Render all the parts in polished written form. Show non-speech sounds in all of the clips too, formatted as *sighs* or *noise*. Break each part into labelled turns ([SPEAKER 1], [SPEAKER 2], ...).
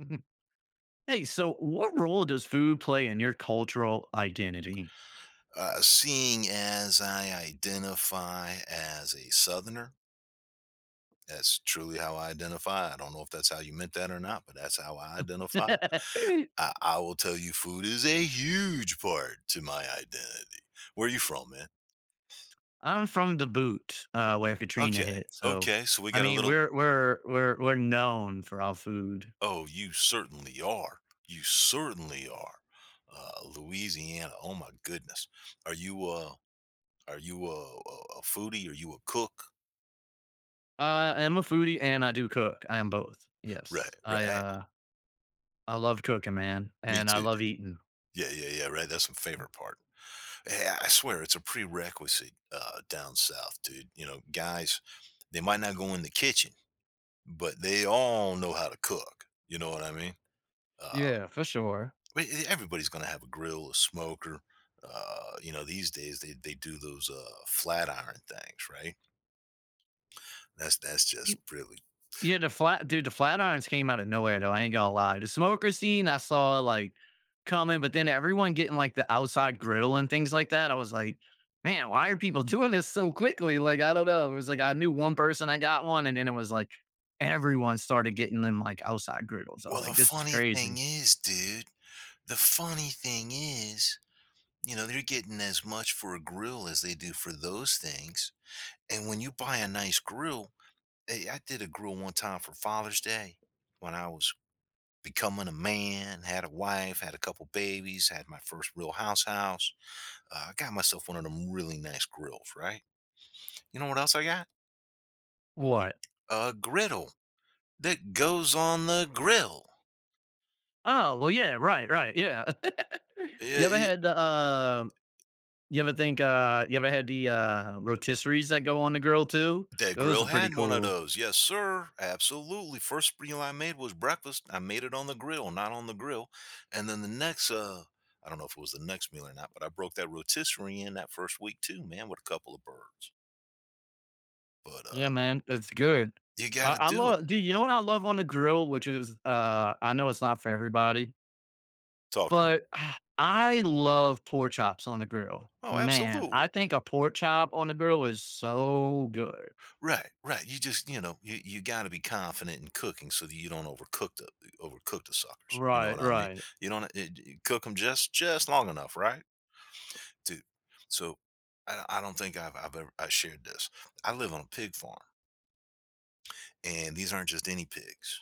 [SPEAKER 1] Mhm. Hey, so what role does food play in your cultural identity?
[SPEAKER 2] Seeing as I identify as a Southerner, that's truly how I identify. I don't know if that's how you meant that or not, but that's how I identify.
[SPEAKER 1] *laughs*
[SPEAKER 2] I will tell you, food is a huge part to my identity. Where are you from, man?
[SPEAKER 1] I'm from the boot where Katrina
[SPEAKER 2] Okay,
[SPEAKER 1] hit, so
[SPEAKER 2] okay. So we
[SPEAKER 1] I
[SPEAKER 2] got a
[SPEAKER 1] mean
[SPEAKER 2] little.
[SPEAKER 1] we're known for our food.
[SPEAKER 2] Oh, you certainly are. You certainly are. Louisiana. Oh my goodness. Are you uh? Are you a foodie? Are you a cook?
[SPEAKER 1] I am a foodie and I do cook. I am both.
[SPEAKER 2] Right,
[SPEAKER 1] Yes, I
[SPEAKER 2] right.
[SPEAKER 1] uh I love cooking, man,
[SPEAKER 2] Me
[SPEAKER 1] and I
[SPEAKER 2] too.
[SPEAKER 1] love eating.
[SPEAKER 2] Yeah, yeah, yeah, right, that's my favorite part. Yeah, I swear it's a prerequisite, down south, dude, you know, guys, they might not go in the kitchen, but they all know how to cook, you know what I mean? Uh,
[SPEAKER 1] Yeah, for sure.
[SPEAKER 2] but e everybody's gonna have a grill, a smoker, you know, these days, they do those, flat iron things, right? That's just really,
[SPEAKER 1] Yeah, the flat dude, the Flatirons came out of nowhere though. I ain't gonna lie. The smoker scene I saw like coming, but then everyone getting like the outside grill and things like that. I was like, man, why are people doing this so quickly? Like, I don't know. It was like I knew one person I got one, and then it was like everyone started getting them like outside griddles. I was
[SPEAKER 2] well, the
[SPEAKER 1] like, this is
[SPEAKER 2] funny thing
[SPEAKER 1] crazy.
[SPEAKER 2] is, dude, the funny thing is, you know, they're getting as much for a grill as they do for those things. And when you buy a nice grill, hey, I did a grill one time for Father's Day when I was becoming a man, had a wife, had a couple babies, had my first real house. I got myself one of them really nice grills, right? You know what else I got?
[SPEAKER 1] What?
[SPEAKER 2] A griddle that goes on the grill.
[SPEAKER 1] Oh, well, yeah, right, right. Yeah. *laughs* You ever
[SPEAKER 2] Eh,
[SPEAKER 1] had the you ever think you ever had the rotisseries that go on the grill too?
[SPEAKER 2] That
[SPEAKER 1] Those
[SPEAKER 2] grill
[SPEAKER 1] are pretty
[SPEAKER 2] had one of
[SPEAKER 1] cool.
[SPEAKER 2] those. Yes, sir. Absolutely. First meal I made was breakfast. I made it on the grill, not on the grill. And then the next, I don't know if it was the next meal or not, but I broke that rotisserie in that first week too, man, with a couple of birds. But
[SPEAKER 1] Yeah, man, it's good.
[SPEAKER 2] you
[SPEAKER 1] I
[SPEAKER 2] got to
[SPEAKER 1] I
[SPEAKER 2] do it.
[SPEAKER 1] love do you know what I love on the grill, which is, I know it's not for everybody,
[SPEAKER 2] Talk to me.
[SPEAKER 1] but *sighs* I love pork chops on the grill.
[SPEAKER 2] Oh,
[SPEAKER 1] Man,
[SPEAKER 2] absolutely.
[SPEAKER 1] I think a pork chop on the grill is so good.
[SPEAKER 2] Right, right. You just, you know, you got to be confident in cooking so that you don't overcook the suckers. You know what
[SPEAKER 1] Right,
[SPEAKER 2] I mean?
[SPEAKER 1] right.
[SPEAKER 2] You don't cook them just long enough, right? Dude, so I don't think I've ever I shared this. I live on a pig farm, and these aren't just any pigs.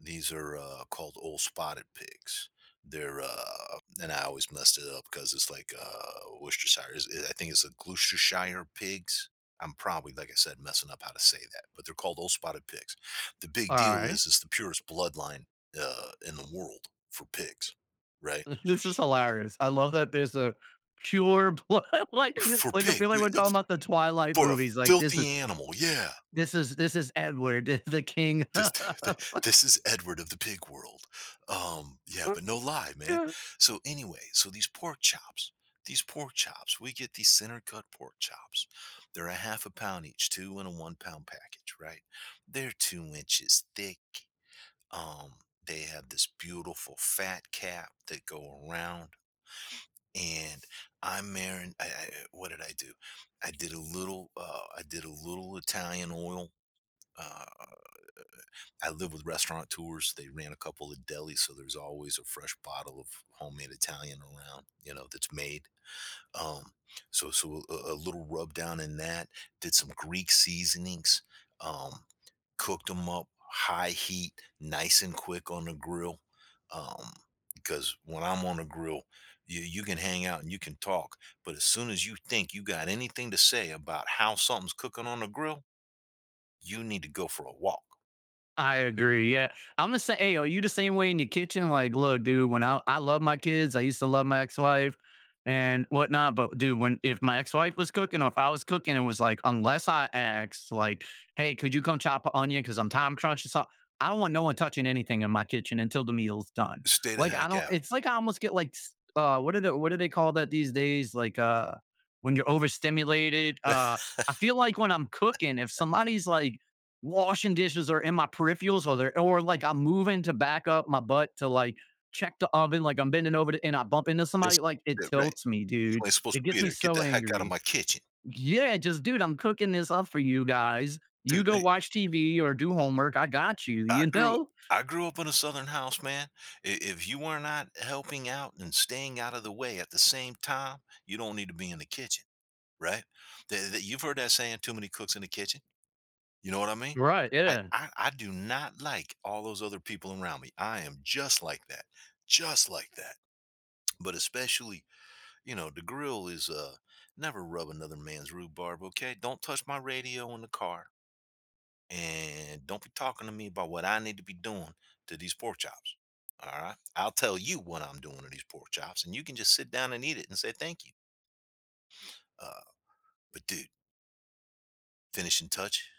[SPEAKER 2] These are, called old spotted pigs. They're, and I always messed it up because it's like, Worcestershire is, I think it's a Gloucestershire pigs. I'm probably, like I said, messing up how to say that, but they're called old spotted pigs. The big deal
[SPEAKER 1] Alright.
[SPEAKER 2] is it's the purest bloodline, in the world for pigs, right?
[SPEAKER 1] *laughs* This is hilarious. I love that there's a pure blood, *laughs* like
[SPEAKER 2] For
[SPEAKER 1] like, I
[SPEAKER 2] pig,
[SPEAKER 1] feel like
[SPEAKER 2] we
[SPEAKER 1] we're talking about the Twilight
[SPEAKER 2] for a
[SPEAKER 1] movies, like, this
[SPEAKER 2] filthy
[SPEAKER 1] is
[SPEAKER 2] animal, yeah.
[SPEAKER 1] this is this is Edward, *laughs* the king.
[SPEAKER 2] This *laughs* this is Edward of the pig world. Yeah, but no lie, man.
[SPEAKER 1] *laughs*
[SPEAKER 2] So anyway, these pork chops, we get these center cut pork chops. They're a half a pound each, 2 in a 1-pound package, right? They're 2 inches thick. Um, they have this beautiful fat cap that go around and I'm marin I what did I do? I did a little, Italian oil. Uh I live with restaurateurs. They ran a couple of delis, so there's always a fresh bottle of homemade Italian around, you know, that's made. Um, so a little rub down in that. Did some Greek seasonings. Um, cooked them up high heat, nice and quick on the grill. Um, because when I'm on the grill, you can hang out and you can talk, but as soon as you think you got anything to say about how something's cooking on the grill, you need to go for a walk.
[SPEAKER 1] I agree. Yeah. I'm the same. Hey, are you the same way in your kitchen? Like, look, dude, when I love my kids, I used to love my ex wife and whatnot. But, dude, when if my ex wife was cooking or if I was cooking, it was like, unless I asked, like, hey, could you come chop an onion? Cause I'm time crunched, or something. I don't want no one touching anything in my kitchen until the meal's done.
[SPEAKER 2] Stay the
[SPEAKER 1] Like, I
[SPEAKER 2] heck
[SPEAKER 1] don't,
[SPEAKER 2] out.
[SPEAKER 1] it's like I almost get like, what, are the, what do they call that these days? Like, when you're overstimulated, I feel like when I'm cooking, if somebody's like, washing dishes or in my peripherals or they're or like I'm moving to back up my butt to like check the oven, like I'm bending over to, and I bump into
[SPEAKER 2] It's
[SPEAKER 1] somebody, like it
[SPEAKER 2] yeah, right.
[SPEAKER 1] tilts me,
[SPEAKER 2] You
[SPEAKER 1] dude.
[SPEAKER 2] ain't supposed
[SPEAKER 1] It
[SPEAKER 2] to be
[SPEAKER 1] gets me
[SPEAKER 2] there. Get
[SPEAKER 1] so
[SPEAKER 2] the heck out of
[SPEAKER 1] angry.
[SPEAKER 2] my kitchen.
[SPEAKER 1] Yeah, just dude, I'm cooking this up for you guys. You
[SPEAKER 2] Dude,
[SPEAKER 1] go
[SPEAKER 2] hey,
[SPEAKER 1] watch TV or do homework. I got you,
[SPEAKER 2] I
[SPEAKER 1] you
[SPEAKER 2] grew
[SPEAKER 1] know?
[SPEAKER 2] I grew up in a southern house, man. If you were not helping out and staying out of the way at the same time, you don't need to be in the kitchen, right? You've heard that saying, too many cooks in the kitchen. You know what I mean?
[SPEAKER 1] Right.
[SPEAKER 2] I
[SPEAKER 1] Yeah.
[SPEAKER 2] I I do not like all those other people around me. I am just like that. Just like that. But especially, you know, the grill is never rub another man's rhubarb, okay? Don't touch my radio in the car. And don't be talking to me about what I need to be doing to these pork chops. All right. I'll tell you what I'm doing to these pork chops, and you can just sit down and eat it and say thank you. Uh, but dude, finishing touch,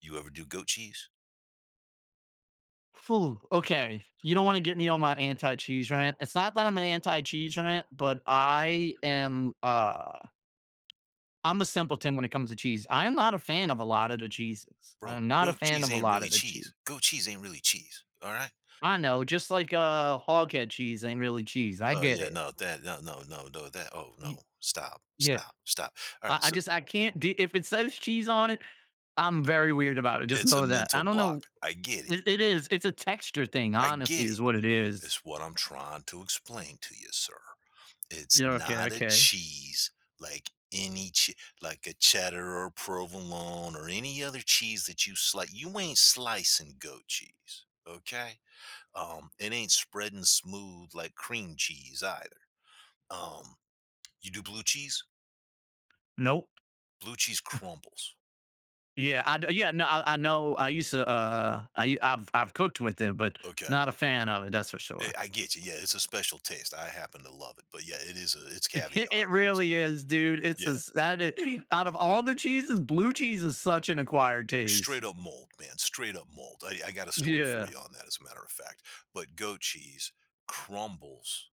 [SPEAKER 2] you ever do goat cheese?
[SPEAKER 1] Phew, okay. You don't want to get me on my anti cheese rant. It's not that I'm an anti cheese rant, but I am I'm a simpleton when it comes to cheese. I am not a fan of a lot of the cheeses.
[SPEAKER 2] Bro,
[SPEAKER 1] I'm not a
[SPEAKER 2] goat
[SPEAKER 1] fan
[SPEAKER 2] cheese
[SPEAKER 1] of a
[SPEAKER 2] ain't
[SPEAKER 1] lot
[SPEAKER 2] really
[SPEAKER 1] of the
[SPEAKER 2] cheese.
[SPEAKER 1] cheese.
[SPEAKER 2] Goat cheese ain't really cheese, all right?
[SPEAKER 1] I know, just like hog head cheese ain't really cheese. I
[SPEAKER 2] Oh,
[SPEAKER 1] get
[SPEAKER 2] yeah,
[SPEAKER 1] it.
[SPEAKER 2] no, that, no, no, no, no, that, oh,
[SPEAKER 1] Y-
[SPEAKER 2] no. Stop,
[SPEAKER 1] Yeah,
[SPEAKER 2] stop, stop. All right,
[SPEAKER 1] I
[SPEAKER 2] so
[SPEAKER 1] just I can't. If it says cheese on it, I'm very weird about it. Just
[SPEAKER 2] it's a
[SPEAKER 1] know that. I
[SPEAKER 2] mental
[SPEAKER 1] don't know.
[SPEAKER 2] block. I get it.
[SPEAKER 1] It is. It's a texture thing.
[SPEAKER 2] I
[SPEAKER 1] Honestly,
[SPEAKER 2] get it.
[SPEAKER 1] is what it is.
[SPEAKER 2] It's what I'm trying to explain to you, sir. It's
[SPEAKER 1] Yeah. Okay.
[SPEAKER 2] not a
[SPEAKER 1] Okay.
[SPEAKER 2] cheese like like a cheddar or provolone or any other cheese that you slice. You ain't slicing goat cheese, okay? It ain't spreading smooth like cream cheese either. Um, You do blue cheese?
[SPEAKER 1] Nope.
[SPEAKER 2] Blue cheese crumbles.
[SPEAKER 1] Yeah. Yeah. No. I know. I used to. I. I've. I've cooked with it, but
[SPEAKER 2] Okay.
[SPEAKER 1] not a fan of it. That's for sure.
[SPEAKER 2] I get you. Yeah, it's a special taste. I happen to love it, but yeah, it is a it's
[SPEAKER 1] *laughs*
[SPEAKER 2] caviar.
[SPEAKER 1] It
[SPEAKER 2] It's
[SPEAKER 1] really is, dude. It's a
[SPEAKER 2] yeah,
[SPEAKER 1] s that is. Out of all the cheeses, blue cheese is such an acquired taste.
[SPEAKER 2] straight up mold, man. Straight up mold. I got a story for
[SPEAKER 1] Yeah.
[SPEAKER 2] you on that, as a matter of fact. But goat cheese crumbles.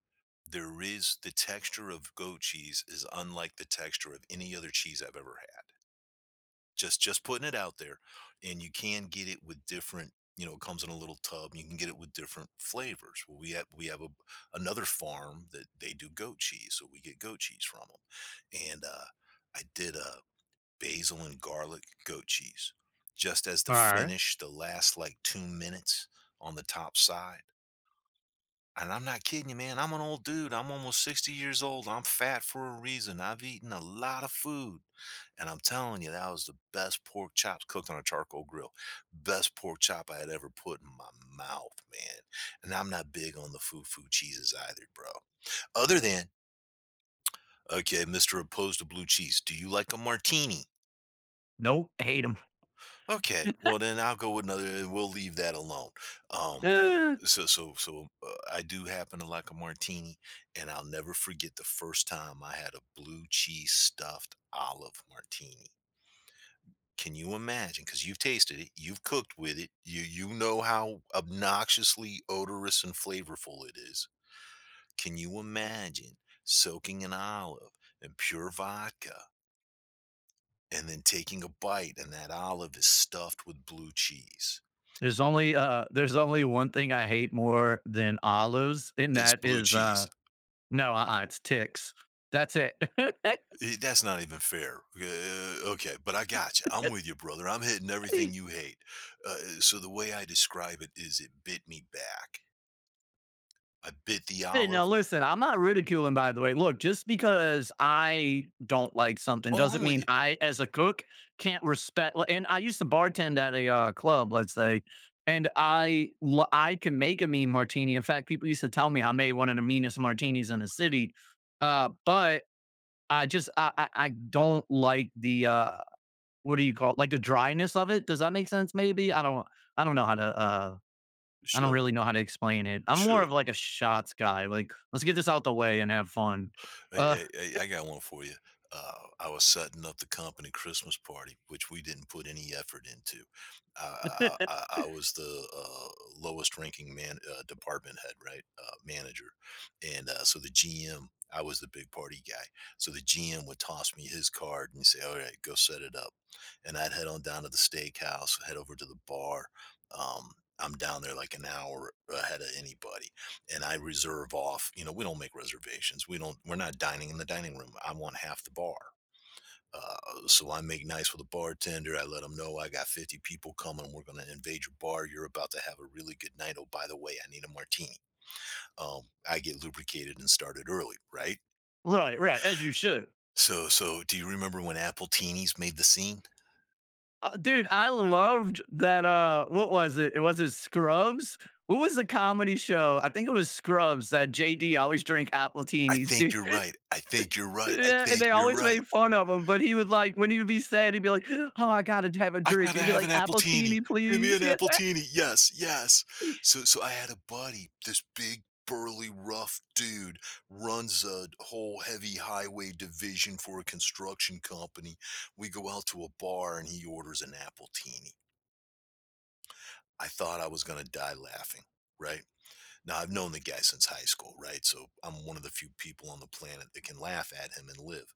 [SPEAKER 2] The texture of goat cheese is unlike the texture of any other cheese I've ever had. Just putting it out there, and you can get it with different you know, it comes in a little tub. And you can get it with different flavors. Well, we have another farm that they do goat cheese, so we get goat cheese from them. And I did a basil and garlic goat cheese, just as the
[SPEAKER 1] Alright.
[SPEAKER 2] finish, the last like 2 minutes on the top side. And I'm not kidding you, man. I'm an old dude. I'm almost 60 years old. I'm fat for a reason. I've eaten a lot of food. And I'm telling you, that was the best pork chops cooked on a charcoal grill. Best pork chop I had ever put in my mouth, man. And I'm not big on the foo foo cheeses either, bro. Other than, okay, Mr. Opposed to Blue Cheese, do you like a martini?
[SPEAKER 1] Nope, hate them.
[SPEAKER 2] Okay, well, then I'll go with another, and we'll leave that alone. Um, I do happen to like a martini, and I'll never forget the first time I had a blue cheese stuffed olive martini. Can you imagine? Because you've tasted it, you've cooked with it, you know how obnoxiously odorous and flavorful it is. Can you imagine soaking an olive in pure vodka and then taking a bite, and that olive is stuffed with blue cheese?
[SPEAKER 1] There's only one thing I hate more than olives, and
[SPEAKER 2] It's
[SPEAKER 1] that
[SPEAKER 2] blue
[SPEAKER 1] is,
[SPEAKER 2] cheese.
[SPEAKER 1] no, uh-uh, it's ticks. That's it.
[SPEAKER 2] That's not even fair. Okay, but I got you. I'm with you, brother. I'm hitting
[SPEAKER 1] *laughs* *laughs*
[SPEAKER 2] everything you hate. So the way I describe it is, it bit me back. I bit the
[SPEAKER 1] Hey, now
[SPEAKER 2] olive.
[SPEAKER 1] listen, I'm not ridiculing, by the way. Look, just because I don't like something
[SPEAKER 2] Oh, I'm
[SPEAKER 1] doesn't
[SPEAKER 2] with
[SPEAKER 1] mean
[SPEAKER 2] you.
[SPEAKER 1] I, as a cook, can't respect. And I used to bartend at a club, let's say, and I can make a mean martini. In fact, people used to tell me I made one of the meanest martinis in the city. But I just I I don't like the what do you call it? Like the dryness of it. Does that make sense? Maybe I don't. I don't know how to I don't really
[SPEAKER 2] Sure,
[SPEAKER 1] know how to explain it. I'm more
[SPEAKER 2] sure.
[SPEAKER 1] of like a shots guy. Like, let's get this out the way and have fun.
[SPEAKER 2] Hey,
[SPEAKER 1] Uh,
[SPEAKER 2] hey, hey, I got one for you. Uh, I was setting up the company Christmas party, which we didn't put any effort into. I, I,
[SPEAKER 1] *laughs*
[SPEAKER 2] I I was the lowest ranking man, department head, right? Manager. And so the GM, I was the big party guy. So the GM would toss me his card and say, "All right, go set it up." And I'd head on down to the steakhouse, head over to the bar. Um, I'm down there like an hour ahead of anybody and I reserve off. You know, we don't make reservations. We don't. We're not dining in the dining room. I want half the bar. So I make nice with the bartender. I let them know I got 50 people coming. We're going to invade your bar. You're about to have a really good night. Oh, by the way, I need a martini. Um, I get lubricated and started early, right?
[SPEAKER 1] right, right, as you should.
[SPEAKER 2] So do you remember when Apple Teenies made the scene?
[SPEAKER 1] Dude, I loved that. What was it? It was it Scrubs. What was the comedy show? I think it was Scrubs that JD always drank apple
[SPEAKER 2] I
[SPEAKER 1] teenies,
[SPEAKER 2] think
[SPEAKER 1] dude.
[SPEAKER 2] you're right. I think you're right. I
[SPEAKER 1] Yeah, and
[SPEAKER 2] think
[SPEAKER 1] they
[SPEAKER 2] you're
[SPEAKER 1] always
[SPEAKER 2] right.
[SPEAKER 1] made fun of him, but he would like when he would be sad, he'd be like, "Oh, I gotta have a
[SPEAKER 2] I
[SPEAKER 1] drink."
[SPEAKER 2] gotta
[SPEAKER 1] He'd be
[SPEAKER 2] have
[SPEAKER 1] like,
[SPEAKER 2] an appletini.
[SPEAKER 1] "Appletini,
[SPEAKER 2] Give me an
[SPEAKER 1] please."
[SPEAKER 2] appletini. Yes, yes.
[SPEAKER 1] *laughs*
[SPEAKER 2] So I had a buddy, this big, burly, rough dude, runs a whole heavy highway division for a construction company. We go out to a bar and he orders an appletini. I thought I was gonna die laughing, right? Now I've known the guy since high school, right? So I'm one of the few people on the planet that can laugh at him and live.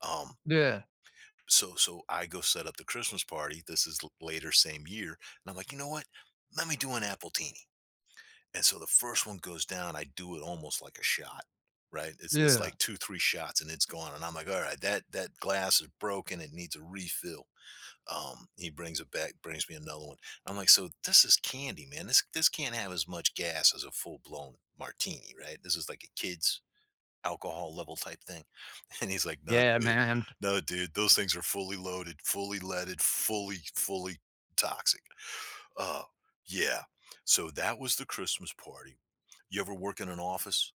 [SPEAKER 2] Um
[SPEAKER 1] Yeah. Yeah,
[SPEAKER 2] so I go set up the Christmas party. This is later same year, and I'm like, you know what? Let me do an appletini. And so the first one goes down. I do it almost like a shot, right? It's
[SPEAKER 1] yeah.
[SPEAKER 2] like 2, 3 shots and it's gone. And I'm like, all right, that glass is broken. It needs a refill. He brings it back, brings me another one. I'm like, so this is candy, man. This can't have as much gas as a full blown martini, right? This is like a kid's alcohol level type thing. *laughs* And he's like, "No,
[SPEAKER 1] Yeah,
[SPEAKER 2] dude.
[SPEAKER 1] man.
[SPEAKER 2] No, dude. Those things are fully loaded, fully leaded, fully, fully toxic." Oh, yeah. So that was the Christmas party. You ever work in an office?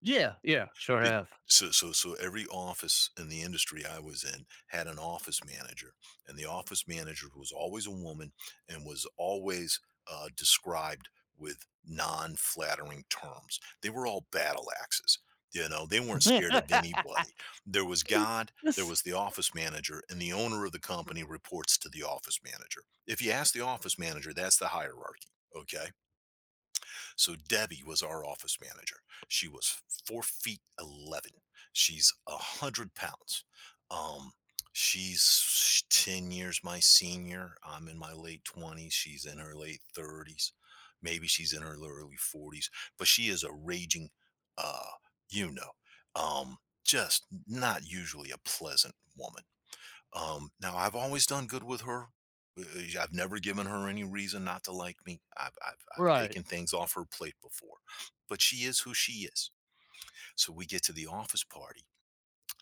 [SPEAKER 1] Yeah, yeah, sure
[SPEAKER 2] Did
[SPEAKER 1] have.
[SPEAKER 2] so so so every office in the industry I was in had an office manager, and the office manager was always a woman and was always described with non-flattering terms. They were all battle axes. You know, they weren't scared of anybody.
[SPEAKER 1] *laughs*
[SPEAKER 2] There was God, there
[SPEAKER 1] Yes.
[SPEAKER 2] was the office manager, and the owner of the company reports to the office manager. If you ask the office manager, that's the hierarchy. Okay, so Debbie was our office manager. She was 4'11". She's 100 pounds. Um, she's 10 years my senior. I'm in my late 20s. She's in her late 30s. Maybe she's in her early 40s. But she is a raging, uh, you know, um, just not usually a pleasant woman. Now I've always done good with her. I've never given her any reason not to like me. I've
[SPEAKER 1] Right,
[SPEAKER 2] taken things off her plate before, but she is who she is. So we get to the office party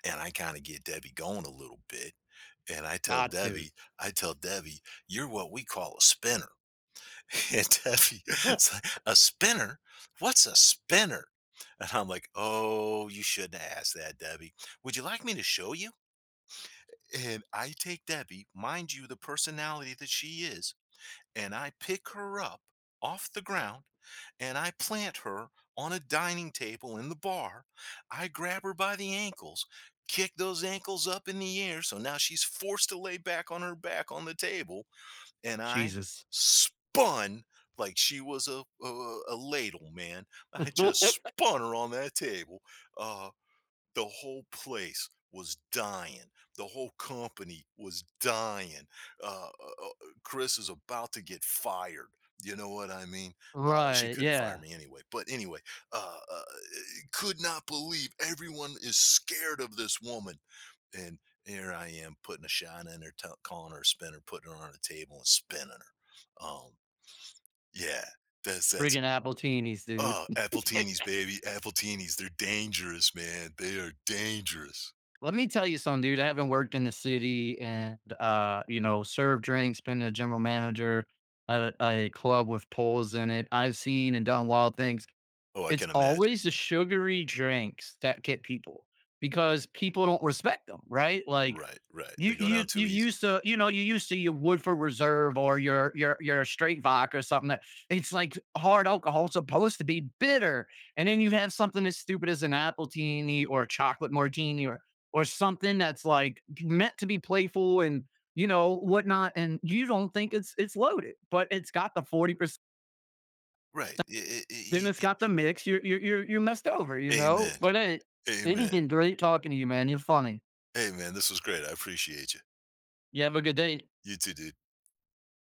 [SPEAKER 2] and I kind of get Debbie going a little bit. And I tell
[SPEAKER 1] got to.
[SPEAKER 2] Debbie, I tell Debbie, you're what we call a spinner. *laughs* And Debbie, it's like,
[SPEAKER 1] *laughs*
[SPEAKER 2] a spinner? What's a spinner? And I'm like, oh, you shouldn't have asked that, Debbie. Would you like me to show you? And I take Debbie, mind you, the personality that she is, and I pick her up off the ground and I plant her on a dining table in the bar. I grab her by the ankles, kick those ankles up in the air. So now she's forced to lay back on her back on the table. And I
[SPEAKER 1] Jesus.
[SPEAKER 2] spun like she was a ladle, man. I just
[SPEAKER 1] *laughs*
[SPEAKER 2] spun her on that table. Uh, the whole place was dying. The whole company was dying. Uh, uh, uh, Chris is about to get fired. You know what I mean? She
[SPEAKER 1] Right,
[SPEAKER 2] couldn't fire
[SPEAKER 1] yeah.
[SPEAKER 2] me anyway. But anyway, uh, uh, could not believe everyone is scared of this woman. And here I am putting a shine in her, calling her a spinner, putting her on a table and spinning her. Yeah, that's
[SPEAKER 1] Friggin' Appletinis, dude.
[SPEAKER 2] oh, apple teenies, baby, apple teenies. They're dangerous, man. They are dangerous.
[SPEAKER 1] Let me tell you something, dude. I haven't worked in the city and you know, served drinks, been a general manager at a club with poles in it. I've seen and done wild things.
[SPEAKER 2] Oh, I
[SPEAKER 1] It's
[SPEAKER 2] can imagine.
[SPEAKER 1] always the sugary drinks that get people because people don't respect them, right? Like
[SPEAKER 2] Right, right. They
[SPEAKER 1] you
[SPEAKER 2] go
[SPEAKER 1] you
[SPEAKER 2] down too
[SPEAKER 1] you
[SPEAKER 2] easy.
[SPEAKER 1] used to you know you used to your Woodford Reserve or your your straight vodka or something that it's like hard alcohol supposed to be bitter, and then you have something as stupid as an appletini or a chocolate martini or something that's like meant to be playful and you know whatnot, and you don't think it's loaded, but it's got the 40%,
[SPEAKER 2] Right.
[SPEAKER 1] then it's
[SPEAKER 2] I
[SPEAKER 1] got the mix. You're you're messed over, you know.
[SPEAKER 2] amen.
[SPEAKER 1] But hey, it has
[SPEAKER 2] Amen.
[SPEAKER 1] been great talking to you, man. You're funny.
[SPEAKER 2] Hey, this was great. I appreciate you.
[SPEAKER 1] You have a good day.
[SPEAKER 2] You too, dude.